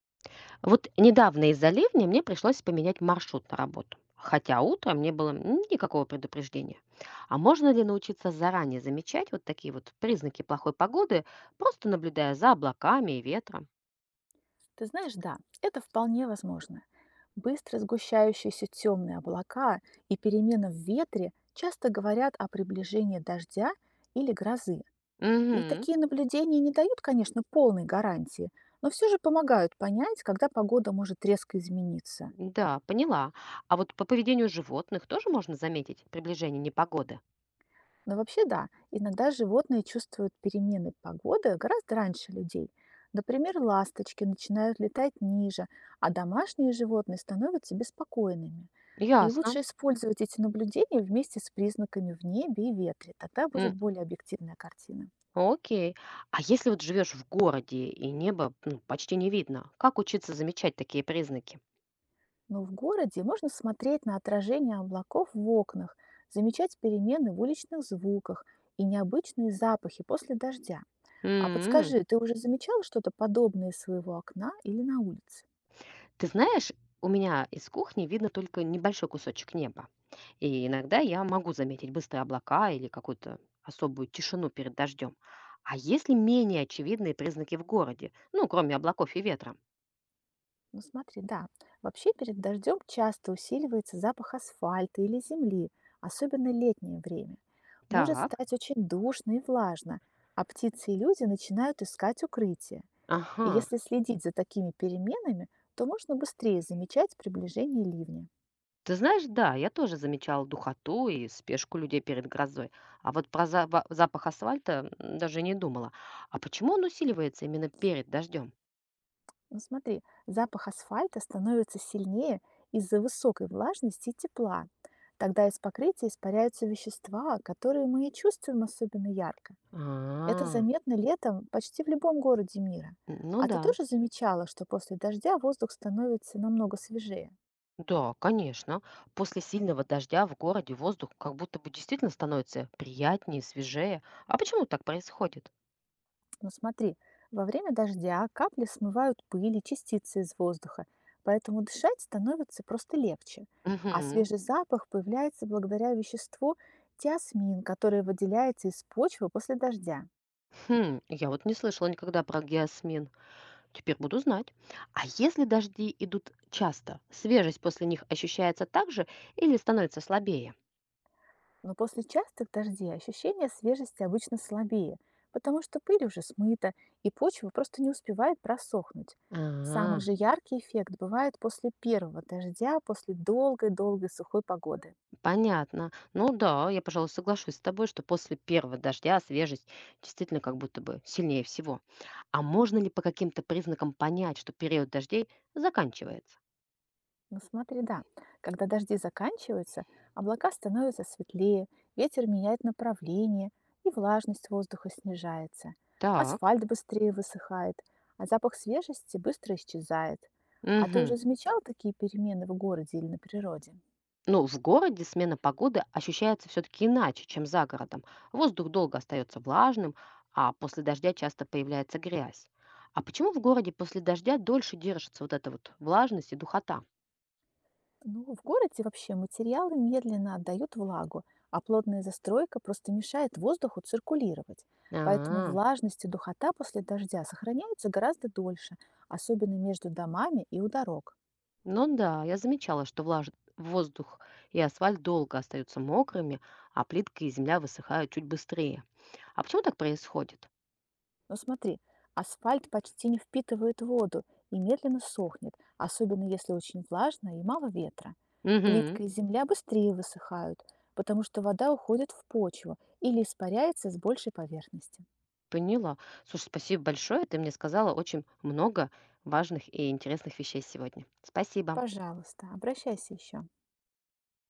Вот недавно из-за ливня мне пришлось поменять маршрут на работу. Хотя утром не было никакого предупреждения. А можно ли научиться заранее замечать вот такие вот признаки плохой погоды, просто наблюдая за облаками и ветром? Ты знаешь, да, это вполне возможно. Быстро сгущающиеся темные облака и перемена в ветре часто говорят о приближении дождя или грозы. И Угу, такие наблюдения не дают, конечно, полной гарантии, но все же помогают понять, когда погода может резко измениться. да, поняла. А вот по поведению животных тоже можно заметить приближение непогоды? Но вообще да, иногда животные чувствуют перемены погоды гораздо раньше людей. Например, ласточки начинают летать ниже, а домашние животные становятся беспокойными. И лучше Ясно. использовать эти наблюдения вместе с признаками в небе и ветре, тогда М, будет более объективная картина. Окей. А если вот живешь в городе и небо, ну, почти не видно, как учиться замечать такие признаки? Но в городе можно смотреть на отражение облаков в окнах, замечать перемены в уличных звуках и необычные запахи после дождя. А подскажи, ты уже замечал что-то подобное из своего окна или на улице? Ты знаешь, у меня из кухни видно только небольшой кусочек неба. И иногда я могу заметить быстрые облака или какую-то особую тишину перед дождем. А есть ли менее очевидные признаки в городе? Ну, кроме облаков и ветра. Ну смотри, да, вообще перед дождем часто усиливается запах асфальта или земли, особенно летнее время. Может Так. стать очень душно и влажно, а птицы и люди начинают искать укрытие. И Ага. если следить за такими переменами, то можно быстрее замечать приближение ливня. Ты знаешь, да, я тоже замечала духоту и спешку людей перед грозой. А вот про запах асфальта, даже не думала. А почему он усиливается именно перед дождем? Ну смотри, запах асфальта становится сильнее из-за высокой влажности и тепла. Тогда из покрытия испаряются вещества, которые мы и чувствуем особенно ярко. Это А, заметно летом почти в любом городе мира. ну А ты да. тоже замечала, что после дождя воздух становится намного свежее? Да, конечно. После сильного дождя в городе воздух как будто бы действительно становится приятнее, свежее. А почему так происходит? Ну смотри, во время дождя капли смывают пыль и частицы из воздуха, поэтому дышать становится просто легче. А Угу. свежий запах появляется благодаря веществу тиасмин, которое выделяется из почвы после дождя. Хм, я вот не слышала никогда про геосмен. Теперь буду знать. А если дожди идут часто, свежесть после них ощущается так же или становится слабее? Но после частых дождей ощущение свежести обычно слабее, потому что пыль уже смыта, и почва просто не успевает просохнуть. Самый А, же яркий эффект бывает после первого дождя, после долгой-долгой сухой погоды. понятно. Ну да, я, пожалуй, соглашусь с тобой, что после первого дождя свежесть действительно как будто бы сильнее всего. А можно ли по каким-то признакам понять, что период дождей заканчивается? Ну смотри, да, когда дожди заканчиваются, облака становятся светлее, ветер меняет направление, и влажность воздуха снижается. Так. Асфальт быстрее высыхает, а запах свежести быстро исчезает. А ты Угу. уже замечал такие перемены в городе или на природе? Ну, в городе смена погоды ощущается все-таки иначе, чем за городом. Воздух долго остается влажным, а после дождя часто появляется грязь. А почему в городе после дождя дольше держится вот эта вот влажность и духота? Ну, в городе вообще материалы медленно отдают влагу, а плотная застройка просто мешает воздуху циркулировать. Поэтому А, влажность и духота после дождя сохраняются гораздо дольше, особенно между домами и у дорог. ну да, я замечала, что воздух и асфальт долго остаются мокрыми, а плитка и земля высыхают чуть быстрее. А почему так происходит? Но смотри, асфальт почти не впитывает воду и медленно сохнет, особенно если очень влажно и мало ветра. Угу, Плитка и земля быстрее высыхают, потому что вода уходит в почву или испаряется с большей поверхности. поняла. Слушай, спасибо большое, ты мне сказала очень много важных и интересных вещей сегодня. Спасибо. Пожалуйста, обращайся еще.